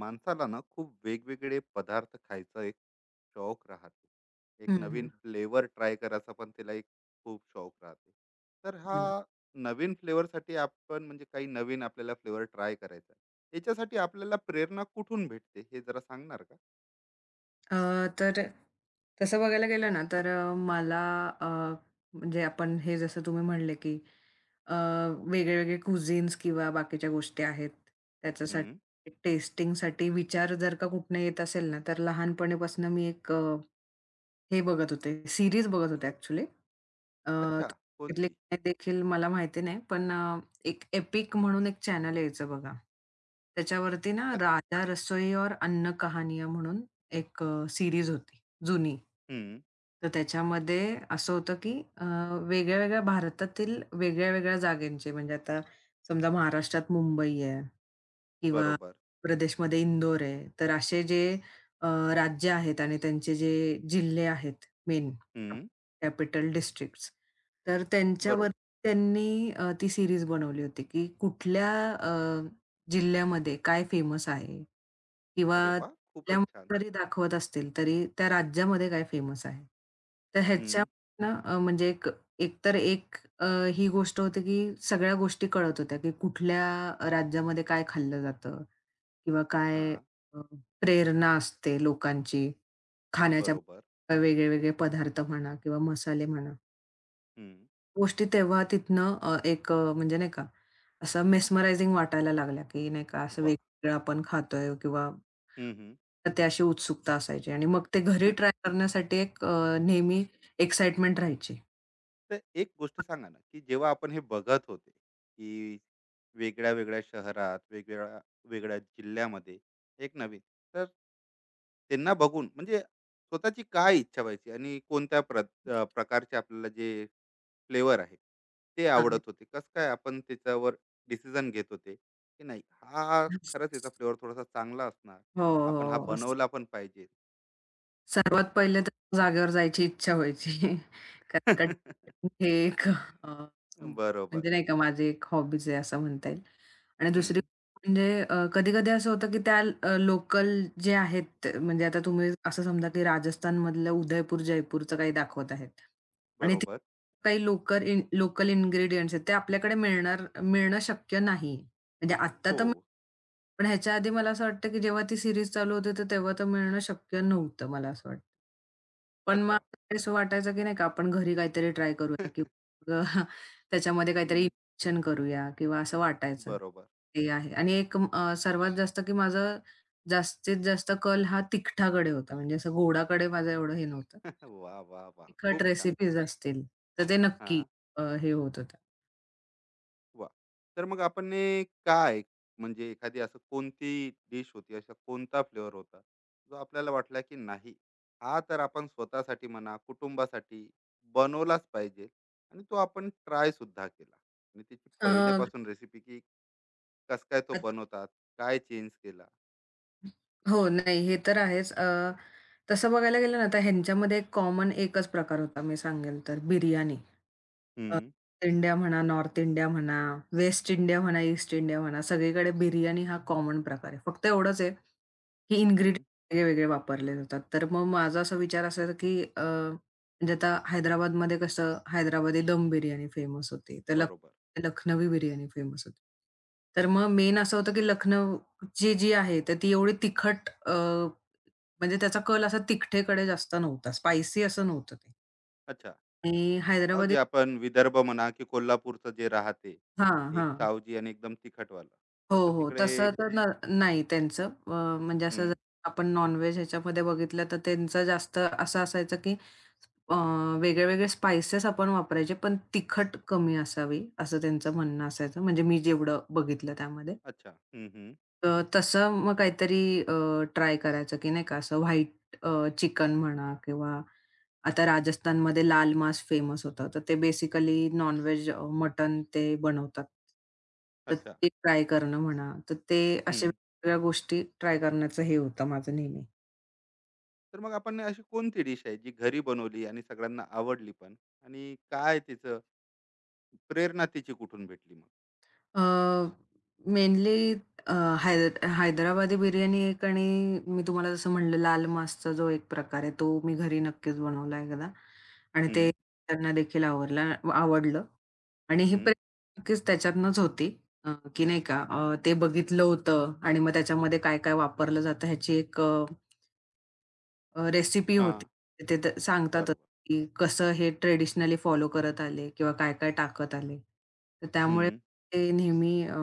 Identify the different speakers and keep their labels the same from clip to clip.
Speaker 1: माणसाला ना खूप वेगवेगळे पदार्थ खायचा एक शौक राहतो, एक
Speaker 2: हं,
Speaker 1: नवीन
Speaker 2: हं,
Speaker 1: फ्लेवर ट्राय करायचा पण त्याला एक खूप शौक राहते. तर हा
Speaker 2: हं.
Speaker 1: नवीन फ्लेवरसाठी आपण म्हणजे काही नवीन आपल्याला फ्लेवर ट्राय करायचा आहे. याच्यासाठी आपल्याला प्रेरणा कुठून भेटते हे जरा सांगणार का?
Speaker 2: अ, तर तसं बघायला गेलं ना, तर मला अ, म्हणजे आपण हे जसं तुम्ही म्हणले, की अ, वेगळे-वेगळे कुझिन्स किंवा बाकीच्या गोष्टी आहेत.
Speaker 1: हम्म.
Speaker 2: त्याच्यासाठी टेस्टिंगसाठी विचार जर का कुठनं येत असेल ना, तर लहानपणीपासून मी एक हे बघत होते. सीरीज बघत होते ॲक्चुअली. अ,
Speaker 1: अच्छा.
Speaker 2: तो बघितली
Speaker 1: कोणती?
Speaker 2: की नाही देखील मला माहिती नाही. पण एक एपिक म्हणून एक चॅनल यायचं बघा. त्याच्यावरती ना
Speaker 1: अच्छ-
Speaker 2: राजा रसोई और अन्न कहानियाँ म्हणून एक सीरीज होती जुनी.
Speaker 1: हम्म.
Speaker 2: तर त्याच्यामध्ये असं होतं की वेगळ्या-वेगळ्या भारतातील वेगळ्या-वेगळ्या जागेंचे म्हणजे आता समजा महाराष्ट्रात मुंबई आहे. किंवा
Speaker 1: बरोबर.
Speaker 2: प्रदेशमध्ये इंदोर आहे. तर असे जे अ, राज्य आहेत आणि त्यांचे जे जिल्हे आहेत मेन
Speaker 1: हम्म.
Speaker 2: Capital districts. तर त्यांच्यावर
Speaker 1: बरोबर.
Speaker 2: त्यांनी ती सीरीज बनवली होती, की कुठल्या जिल्ह्यामध्ये काय फेमस आहे किंवा
Speaker 1: अरे वा,
Speaker 2: जिल्ह्यामध्ये
Speaker 1: खूपच छान.
Speaker 2: जरी दाखवत असतील, तरी त्या राज्यामध्ये काय फेमस आहे. तर
Speaker 1: हम्म.
Speaker 2: ह्याच्यावरनं म्हणजे एकतर एक ही गोष्ट होते की सगळ्या गोष्टी कळत होत्या, की कुठल्या राज्यामध्ये काय खाल्लं जातं किंवा काय
Speaker 1: हा,
Speaker 2: प्रेरणा असते लोकांची खाण्याच्या
Speaker 1: बरोबर.
Speaker 2: वेगळे-वेगळे पदार्थ म्हणा किंवा मसाले म्हणा.
Speaker 1: हम्म.
Speaker 2: गोष्टी तेव्हा तिथनं एक म्हणजे नाही का, असं मेस्मरायझिंग वाटायला लागल्या, की नाही का असं
Speaker 1: वा.
Speaker 2: वेगवेगळं आपण खातोय किंवा
Speaker 1: हम्म, हम्म.
Speaker 2: ते अशी उत्सुकता असायची आणि मग ते घरी ट्राय करण्यासाठी एक नेहमी एक्साईटमेंट राहायची.
Speaker 1: तर एक गोष्ट सांगा ना, की जेव्हा आपण हे बघत होते, की वेगळ्या वेगळ्या शहरात, वेगवेगळ्या वेगळ्या जिल्ह्यामध्ये एक नवीन, तर त्यांना बघून म्हणजे स्वतःची काय इच्छा व्हायची आणि प्रकारचे आपल्याला जे फ्लेवर आहे, ते
Speaker 2: हां.
Speaker 1: आवडत होते? कसं काय आपण त्याच्यावर डिसिजन घेत होते, की नाही हा खरंच याचा फ्लेवर थोडासा चांगला असणार.
Speaker 2: हो,
Speaker 1: आपण हा
Speaker 2: हो.
Speaker 1: बनवला पण पाहिजे.
Speaker 2: सर्वात
Speaker 1: तर
Speaker 2: पहिले
Speaker 1: मग
Speaker 2: तर जागेवर जायची इच्छा व्हायची. कारण का हे एक
Speaker 1: बरोबर.
Speaker 2: म्हणजे नाही का माझी एक हॉबीज आहे असं म्हणता येईल. आणि
Speaker 1: हं,
Speaker 2: दुसरी म्हणजे कधी-कधी असं होतं, की त्या लोकल जे आहेत ते- म्हणजे आता तुम्ही असं समजा, की राजस्थानमधलं उदयपूर, जयपूरचं काही दाखवत आहेत. आणि ते
Speaker 1: बरोबर.
Speaker 2: काही लोकल लोकल इन्ग्रीडियंट्स आहेत ते आपल्याकडे मिळणं शक्य नाही. म्हणजे आत्ता
Speaker 1: हो.
Speaker 2: तर पण ह्याच्या आधी मला असं वाटतं, की जेव्हा ती सीरीज चालू होती, तर तेव्हा तर मिळणं शक्य नव्हतं मला असं वाटतं. पण
Speaker 1: अच्छा.
Speaker 2: मग असं वाटायचं, की नाही का आपण घरी काहीतरी ट्राय करूया किंवा त्याच्यामध्ये काहीतरी
Speaker 1: हं.
Speaker 2: इन्व्हेशन करूया किंवा असं वाटायचं.
Speaker 1: बरोबर.
Speaker 2: ते आहे आणि एक सर्वात जास्त, की माझं जास्तीत जास्त कल हा तिखटाकडे होता. म्हणजे असं गोडाकडे माझं एवढं हे नव्हतं.
Speaker 1: वा, वा, वा,
Speaker 2: तिखट
Speaker 1: खूप छान.
Speaker 2: रेसिपीज असतील, तर ते नक्की
Speaker 1: हां.
Speaker 2: हे होत होतं.
Speaker 1: वाह! तर मग आपण हे काय म्हणजे एखादी असं कोणती डिश होती, असा कोणता फ्लेवर होता, जो आपल्याला वाटला की नाही, हा तर आपण स्वतःसाठी म्हणा, कुटुंबासाठी बनवलाच पाहिजे आणि तो आपण ट्राय सुद्धा केला आणि त्याची पहिल्यापासून रेसिपी की कसं काय तो
Speaker 2: अ,
Speaker 1: बनवतात, काय चेंज केला?
Speaker 2: हो, नाही हे तर आहेच. तसं बघायला गेलं ना, तर ह्यांच्यामध्ये एक कॉमन एकच प्रकार होता मी सांगेल तर बिर्याणी. अ,
Speaker 1: हं,
Speaker 2: इंडिया म्हणा, नॉर्थ इंडिया म्हणा, वेस्ट इंडिया म्हणा, ईस्ट इंडिया म्हणा, सगळीकडे बिर्याणी हा कॉमन प्रकार आहे. फक्त एवढंच आहे, की
Speaker 1: हं.
Speaker 2: इन्ग्रीडियंट वेगळे वापरले जातात. तर मग माझा असा विचार असायचा, की म्हणजे आता हैदराबादमध्ये कसं हैदराबादी दम बिर्याणी फेमस होती. तर
Speaker 1: बरोबर.
Speaker 2: लखनवी बिर्याणी फेमस होती. तर मग मेन असं होतं, की लखनौ जी आहे. तर ती एवढी तिखट म्हणजे त्याचा कल असा तिखटेकडे जास्त नव्हता. स्पायसी असं नव्हतं ते.
Speaker 1: अच्छा.
Speaker 2: आणि
Speaker 1: अहो, जे
Speaker 2: हैदराबादी
Speaker 1: आपण विदर्भ म्हणा की कोल्हापूरचं जे राहते,
Speaker 2: हां,
Speaker 1: एक
Speaker 2: हां.
Speaker 1: सावजी आणि एकदम तिखटवालं.
Speaker 2: हो,
Speaker 1: तसं
Speaker 2: हो.
Speaker 1: तिकडे
Speaker 2: तसं
Speaker 1: एक
Speaker 2: तर न नाही त्यांचं. म्हणजे असं जर
Speaker 1: हं.
Speaker 2: आपण नॉन-व्हेज ह्याच्यामध्ये बघितलं तर त्यांचं जास्त असं असायचं की अ, वेगळे-वेगळे स्पाइसेस आपण वापरायचे, पण तिखट कमी असावी, असं त्यांचं म्हणणं असायचं. म्हणजे मी जेवढं बघितलं त्यामध्ये.
Speaker 1: अच्छा. हं, हं.
Speaker 2: अ, तसं मग काहीतरी ट्राय करायचं, की नाही का असं व्हाईट चिकन म्हणा किंवा आता राजस्थानमध्ये लाल मांस फेमस होतं. तर ते बेसिकली नॉन-व्हेज मटन ते बनवतात. तर
Speaker 1: अच्छा.
Speaker 2: ते ट्राय करणं म्हणा, तर ते अशा
Speaker 1: हं.
Speaker 2: वेगवेगळ्या गोष्टी ट्राय करण्याचं हे होतं माझं नेहमी.
Speaker 1: तर मग आपण अशी कोणती डिश आहे जी घरी बनवली आणि सगळ्यांना आवडली पण? आणि काय तिचं प्रेरणा तिची कुठून भेटली मग?
Speaker 2: अ, मेनली अ, हैदराबादी बिर्याणी एक आणि मी तुम्हाला जसं म्हणलं लाल मासचा जो एक प्रकार आहे, तो मी घरी नक्कीच बनवला एकदा आणि ते
Speaker 1: हं,
Speaker 2: त्यांना देखील आवडला आवडलं आणि ही
Speaker 1: हं.
Speaker 2: प्रेरणा नक्कीच त्याच्यातनंच होती की नाही का ते बघितलं होतं आणि मग त्याच्यामध्ये काय-काय वापरलं जातं ह्याची एक अ, अ, रेसिपी होती.
Speaker 1: हां.
Speaker 2: ते तर सांगतातच,
Speaker 1: बरोबर.
Speaker 2: की कसं हे ट्रेडिशनली फॉलो करत आले किंवा काय-काय टाकत आले. तर त्यामुळे
Speaker 1: हं.
Speaker 2: ते नेहमी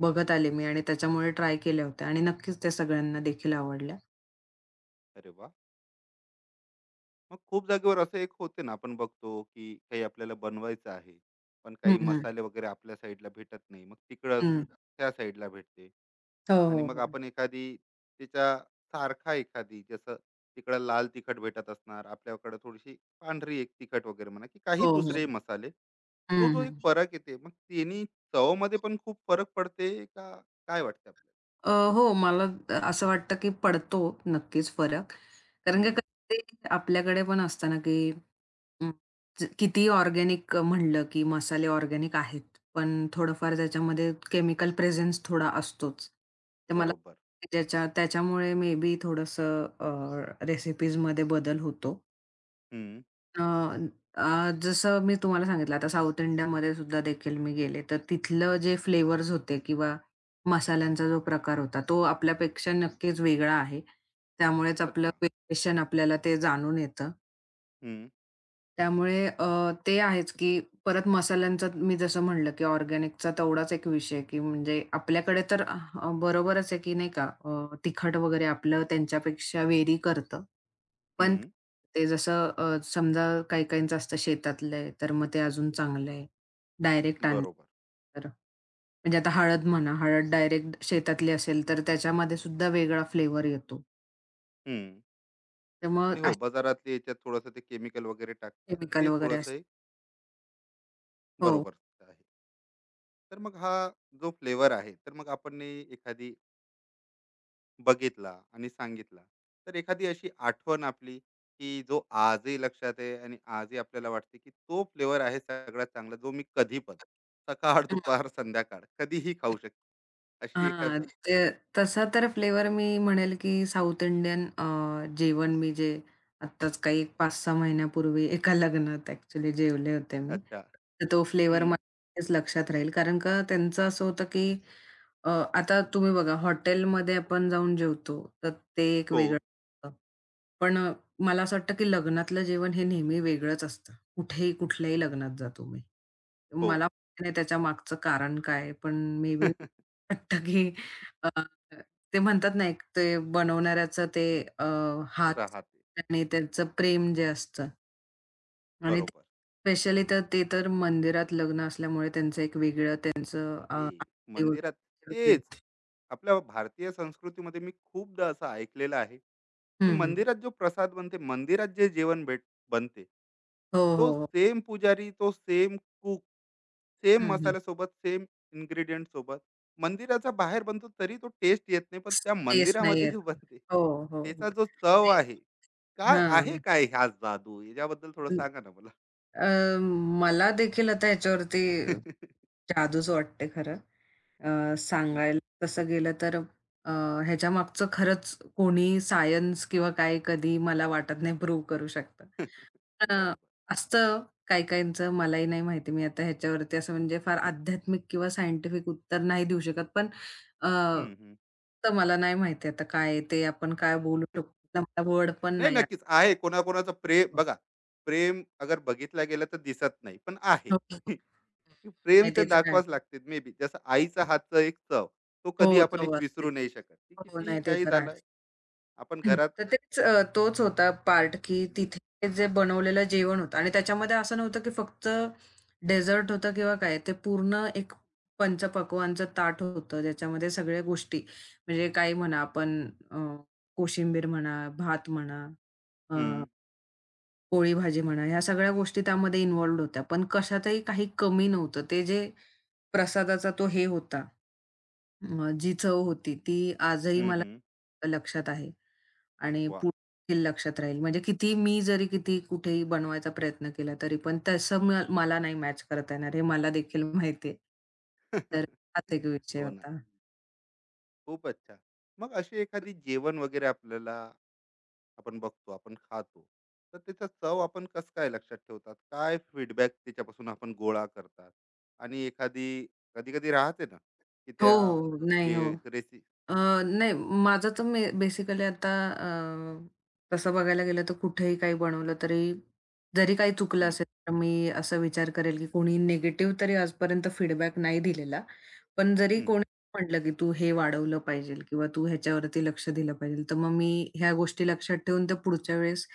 Speaker 2: बघत आले मी आणि त्याच्यामुळे ट्राय केल्या होत्या आणि नक्कीच त्या सगळ्यांना देखील आवडल्या.
Speaker 1: अरे वाह! मग खूप जागेवर असं एक होते ना, आपण बघतो की काही आपल्याला बनवायचं आहे, पण
Speaker 2: हं,
Speaker 1: काही
Speaker 2: हं.
Speaker 1: मसाले वगैरे आपल्या साईडला भेटत नाही. मग तिकडंच
Speaker 2: हं.
Speaker 1: त्या साईडला भेटते.
Speaker 2: हो,
Speaker 1: आणि
Speaker 2: हो,
Speaker 1: मग
Speaker 2: हो.
Speaker 1: आपण एखादी त्याच्या सारखा एखादी जसं तिकडं लाल तिखट भेटत असणार आपल्याकडे थोडीशी पांढरी एक तिखट वगैरे म्हणा की काही
Speaker 2: हो,
Speaker 1: दुसरे
Speaker 2: हो.
Speaker 1: मसाले, तो
Speaker 2: हं,
Speaker 1: जो एक
Speaker 2: हं.
Speaker 1: फरक येते मग त्यांनी चवमध्ये पण खूप फरक पडते का, काय वाटते आपल्याला?
Speaker 2: हो, मला असं वाटतं, की पडतो नक्कीच फरक. कारण की
Speaker 1: हम्म,
Speaker 2: कधी आपल्याकडे पण असतं ना, की हं. कितीही ऑर्गॅनिक म्हणलं, की मसाले ऑर्गॅनिक आहेत, पण थोडंफार त्याच्यामध्ये केमिकल प्रेझेन्स थोडा असतोच. तर मला
Speaker 1: बरोबर.
Speaker 2: ज्याच्या त्याच्यामुळे मे बी थोडंसं रेसिपीजमध्ये बदल होतो.
Speaker 1: हम्म,
Speaker 2: अ, अ, जसं मी तुम्हाला सांगितलं आता साउथ इंडियामध्ये सुद्धा देखील मी गेले, तर तिथलं जे फ्लेवर्स होते किंवा मसाल्यांचा जो प्रकार होता, तो आपल्यापेक्षा नक्कीच वेगळा आहे. त्यामुळेच आपलं
Speaker 1: अच्छा.
Speaker 2: वेरिएशन आपल्याला ते जाणून येतं.
Speaker 1: हम्म,
Speaker 2: त्यामुळे ते आहेच, की परत मसाल्यांचा मी जसं म्हणलं, की ऑर्गॅनिकचा तेवढाच एक विषय, की म्हणजे आपल्याकडे तर बरोबरच आहे, की नाही का तिखट वगैरे आपलं त्यांच्यापेक्षा वेरी करतं. पण
Speaker 1: हम्म,
Speaker 2: ते जसं समजा काही-काहींचं असतं शेतातलं आहे, तर मग ते अजून चांगलं आहे. डायरेक्ट आणलं
Speaker 1: बरोबर.
Speaker 2: तर. म्हणजे आता हळद म्हणा, हळद डायरेक्ट शेतातली असेल, तर त्याच्यामध्ये सुद्धा वेगळा फ्लेवर येतो.
Speaker 1: हम्म.
Speaker 2: तर मग
Speaker 1: आणि हो
Speaker 2: असे
Speaker 1: बाजारातले याच्यात थोडंसं ते केमिकल वगैरे टाकतात ते
Speaker 2: केमिकल वगैरे
Speaker 1: थोडंसं
Speaker 2: असतात.
Speaker 1: एक
Speaker 2: हो.
Speaker 1: बरोबर आहे. तर मग हा जो फ्लेवर आहे तर मग आपण नी एखादी बघितला आणि सांगितला. तर एखादी अशी आठवण आपली, की जो आजही लक्षात आहे आणि आजही आपल्याला वाटते, की तो फ्लेवर आहे सगळ्यात चांगला जो मी कधी पण, सकाळ, दुपार, संध्याकाळ कधीही खाऊ शकतो. अशी
Speaker 2: हां,
Speaker 1: एखादा
Speaker 2: ते तसा तर फ्लेवर मी म्हणेल की साउथ इंडियन जेवण मी जे आत्ताच काही एक 5-6 महिन्यापूर्वी एका लग्नात ॲक्चुअली जेवले होते मी.
Speaker 1: अच्छा.
Speaker 2: तर तो फ्लेवर मला
Speaker 1: हं.
Speaker 2: नक्कीच लक्षात राहील. कारण का त्यांचं असं होतं की आता तुम्ही बघा हॉटेलमध्ये आपण जाऊन जेवतो, तर ते एक
Speaker 1: हो,
Speaker 2: वेगळं असतं. पण मला असं वाटतं, की लग्नातलं जेवण हे नेहमी वेगळंच असतं. कुठेही कुठल्याही लग्नात जा तुम्ही.
Speaker 1: हो.
Speaker 2: मला माहिती नाही त्याच्यामागचं कारण काय? पण मे बी वाटतं, की अ, ते म्हणतात ना, एक ते बनवणाऱ्याचं ते अ, हात
Speaker 1: राहते.
Speaker 2: आणि त्यांचं प्रेम जे असतं आणि ते
Speaker 1: बरोबर.
Speaker 2: स्पेशली तर ते तर मंदिरात लग्न असल्यामुळे त्यांचं एक वेगळं त्यांचं
Speaker 1: अरे
Speaker 2: आरती
Speaker 1: मंदिरात,
Speaker 2: वगैरे
Speaker 1: तेच
Speaker 2: वेगळी
Speaker 1: आपल्या भारतीय संस्कृतीमध्ये मी खूपदा असं ऐकलेलं आहे की
Speaker 2: हं, हं.
Speaker 1: मंदिरात जो प्रसाद बनते, मंदिरात जे जेवण भेट बनते,
Speaker 2: हो,
Speaker 1: तो
Speaker 2: हो, हो.
Speaker 1: सेम पुजारी, तो सेम कुक, सेम
Speaker 2: हं, हं.
Speaker 1: मसाल्यासोबत, सेम इन्ग्रेडियंट सोबत मंदिराचा बाहेर बनतो तरी तो टेस्ट येत नाही, पण त्या
Speaker 2: टेस्ट नाही
Speaker 1: मंदिरामध्ये
Speaker 2: येत.
Speaker 1: जो बनते
Speaker 2: हो, हो, हो.
Speaker 1: त्याचा जो चव
Speaker 2: ते
Speaker 1: आहे, काय आहे
Speaker 2: हां.
Speaker 1: काय ह्या जादू याच्याबद्दल थोडं
Speaker 2: पण
Speaker 1: सांगा ना मला.
Speaker 2: अ, मला देखील आता ह्याच्यावरती जादूच वाटते खरं.
Speaker 1: हम्म.
Speaker 2: सांगायला तसं गेलं तर अ, ह्याच्यामागचं खरंच कोणी सायन्स किंवा काय कधी मला वाटत नाही प्रूव्ह करू शकतं. अ,
Speaker 1: बरोबर.
Speaker 2: असतं काही काहींचं मलाही नाही माहिती. मी आता ह्याच्यावरती असं म्हणजे फार आध्यात्मिक किंवा सायंटिफिक उत्तर नाही देऊ शकत. पण अ,
Speaker 1: हम्म, हम्म.
Speaker 2: तर मला नाही माहिती आता काय आहे ते आपण काय बोलू शकतो. मला वर्ड पण
Speaker 1: नाही,
Speaker 2: नाही आठवत.
Speaker 1: नक्कीच आहे. कोणाकोणाचं प्रेम बघा, प्रेम अगर बघितला गेला तर दिसत नाही, पण आहे.
Speaker 2: हो, हो.
Speaker 1: की प्रेम
Speaker 2: नाही
Speaker 1: ते
Speaker 2: ते तर आहे.
Speaker 1: दाखवावंच लागते मे बी. जसं आईचा हातचा एक चव, तो
Speaker 2: हो,
Speaker 1: कधी आपण एक
Speaker 2: चव असते.
Speaker 1: विसरू नाही शकत. की
Speaker 2: हो,
Speaker 1: कितीही
Speaker 2: नाही ते
Speaker 1: काही
Speaker 2: तर
Speaker 1: झालं,
Speaker 2: आहेच.
Speaker 1: आपण घरात
Speaker 2: तर तेच तोच होता पार्ट, की
Speaker 1: हं,
Speaker 2: तिथे जे बनवलेलं जेवण होतं आणि त्याच्यामध्ये असं नव्हतं, की फक्त डेझर्ट होतं किंवा काय. ते पूर्ण एक पंचपक्वान्नचं ताट होतं, ज्याच्यामध्ये सगळ्या गोष्टी म्हणजे काही म्हणा आपण अ, कोशिंबीर म्हणा, भात म्हणा,
Speaker 1: हं,
Speaker 2: अ, पोळी भाजी म्हणा, ह्या सगळ्या गोष्टी त्यामध्ये इन्व्हॉल्व्ड होत्या. पण कशातही काही कमी नव्हतं. ते जे प्रसादाचा तो हे होता जी चव होती ती आजही
Speaker 1: हं,
Speaker 2: मला
Speaker 1: हं.
Speaker 2: लक्षात आहे आणि
Speaker 1: वाह!
Speaker 2: पुढे देखील लक्षात राहील. म्हणजे किती मी जरी किती कुठेही बनवायचा प्रयत्न केला तरी पण तसं मला नाही मॅच करता येणार हे मला देखील माहिती आहे. तर हाच एक विषय
Speaker 1: हो ना.
Speaker 2: होता.
Speaker 1: खूपच अच्छा. मग अशी एखादी जेवण वगैरे आपल्याला आपण बघतो, आपण खातो. तर त्याचा चव आपण कसं काय लक्षात ठेवतात? काय फीडबॅक त्याच्यापासून आपण गोळा करतात? आणि एखादी कधी-कधी राहते ना, की
Speaker 2: हो,
Speaker 1: त्या
Speaker 2: हो. हो, नाही.
Speaker 1: जे
Speaker 2: हो. अ, नाही माझं तर मी बेसिकली आता तसं बघायला गेलं तर कुठेही काही बनवलं तरी जरी काही चुकलं
Speaker 1: हं,
Speaker 2: असेल तर मी असा विचार करेल की कोणी निगेटिव्ह तरी आजपर्यंत फीडबॅक नाही दिलेला. पण जरी कोणी
Speaker 1: हं.
Speaker 2: म्हटलं की "तू हे वाढवलं पाहिजे किंवा तू ह्याच्यावरती लक्ष दिलं पाहिजे." तर मग मी ह्या गोष्टी लक्षात ठेवून तर पुढच्या वेळेस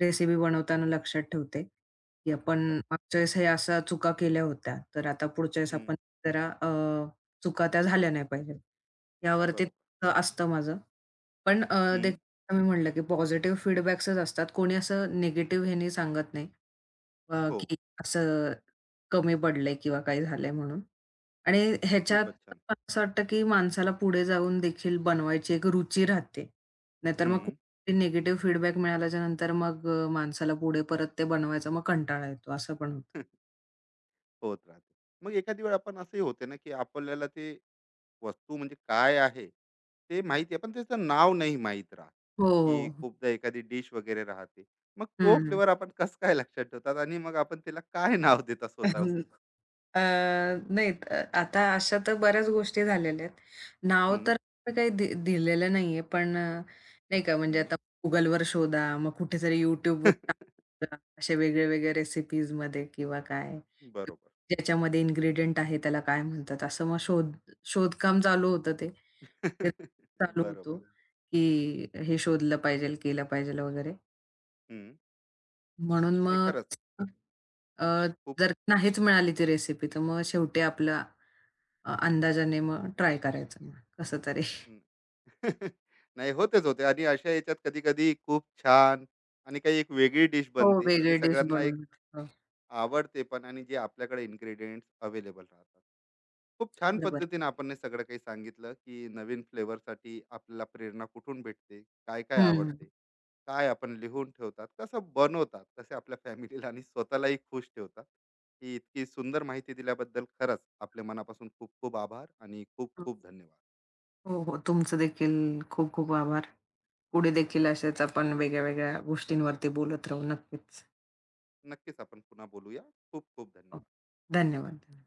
Speaker 2: रेसिपी बनवताना लक्षात ठेवते, की आपण
Speaker 1: अच्छा.
Speaker 2: मागच्या वेळेस हे अशा चुका केल्या होत्या. तर आता पुढच्या वेळेस आपण
Speaker 1: हं.
Speaker 2: जरा चुका त्या झाल्या नाही पाहिजेत. यावरती
Speaker 1: बरोबर.
Speaker 2: असतं माझं. पण
Speaker 1: हं.
Speaker 2: देखील मी म्हटलं, की पॉझिटिव्ह फीडबॅक्सच असतात. कोणी असं निगेटिव्ह ह्यानी सांगत नाही
Speaker 1: हो.
Speaker 2: की असं कमी पडलंय किंवा काही झालंय म्हणून. आणि ह्याच्यात
Speaker 1: खूपच छान.
Speaker 2: मला असं वाटतं, की माणसाला पुढे जाऊन देखील बनवायची एक रुची राहते. नाहीतर मग
Speaker 1: हं.
Speaker 2: कुठेतरी निगेटिव्ह फीडबॅक मिळाल्याच्यानंतर मग माणसाला पुढे परत ते बनवायचा मग कंटाळा येतो, असं पण होतं.
Speaker 1: होत राहते. मग एखादी वेळ आपण असंही होते ना, की आपल्याला ते वस्तू म्हणजे काय आहे ते माहिती आहे पण त्याचं नाव नाही माहीत राहत,
Speaker 2: हो,
Speaker 1: की
Speaker 2: हो.
Speaker 1: खूपदा एखादी डिश वगैरे राहते मग तो
Speaker 2: हं,
Speaker 1: फ्लेवर आपण कसं काय लक्षात ठेवतात आणि मग आपण त्याला काय नाव देता स्वतःहून?
Speaker 2: अ, नाही आता अशा तर बऱ्याच गोष्टी झालेल्या आहेत. नाव
Speaker 1: हम्म,
Speaker 2: तर असं काही दिलेलं नाहीये, पण नाही का म्हणजे
Speaker 1: हम्म.
Speaker 2: आता Googleवर शोधा, मग कुठेतरी YouTubeवर टाका, अशा वेगळ्या-वेगळ्या रेसिपीजमध्ये किंवा काय
Speaker 1: बरोबर.
Speaker 2: ज्याच्यामध्ये इन्ग्रीडियंट आहे त्याला काय म्हणतात, असं मग शोधकाम चालू होतं ते. ते चालू होतो,
Speaker 1: बरोबर.
Speaker 2: की हे शोधलं पाहिजेल, केलं पाहिजेल वगैरे.
Speaker 1: हम्म.
Speaker 2: म्हणून
Speaker 1: नाही,
Speaker 2: मग
Speaker 1: खरंच
Speaker 2: अ,
Speaker 1: खूप.
Speaker 2: जर नाहीच मिळाली ती रेसिपी, तर मग शेवटी आपला अंदाजाने मग ट्राय करायचं मग कसं तरी.
Speaker 1: हम्म. नाही, होतेच होते आणि अशा याच्यात कधी कधी खूप छान आणि काही एक वेगळी डिश
Speaker 2: हो,
Speaker 1: बनते जे
Speaker 2: वेगळी डिश
Speaker 1: सगळ्यांना एक
Speaker 2: बनवून. हो,
Speaker 1: आवडते पण, आणि जे आपल्याकडे इन्ग्रेडियंट्स अवेलेबल राहतात. खूप छान
Speaker 2: बरोबर.
Speaker 1: पद्धतीने आपण हे सगळं काही सांगितलं की नवीन फ्लेवरसाठी आपल्याला प्रेरणा कुठून भेटते, काय काय
Speaker 2: हं.
Speaker 1: आवडते, काय आपण लिहून ठेवतात, कसं बनवतात, कसे आपल्या फॅमिलीला आणि स्वतःलाही खुश ठेवतात. ही इतकी सुंदर माहिती दिल्याबद्दल खरंच आपल्या मनापासून खूप खूप आभार आणि खूप खूप धन्यवाद.
Speaker 2: हो, हो. तुमचं देखील खूप खूप आभार. पुढे देखील असेच आपण वेगळ्या-वेगळ्या गोष्टींवरती बोलत राहू. नक्कीच.
Speaker 1: नक्कीच आपण पुन्हा बोलूया. खूप खूप
Speaker 2: हो.
Speaker 1: धन्यवाद.
Speaker 2: धन्यवाद.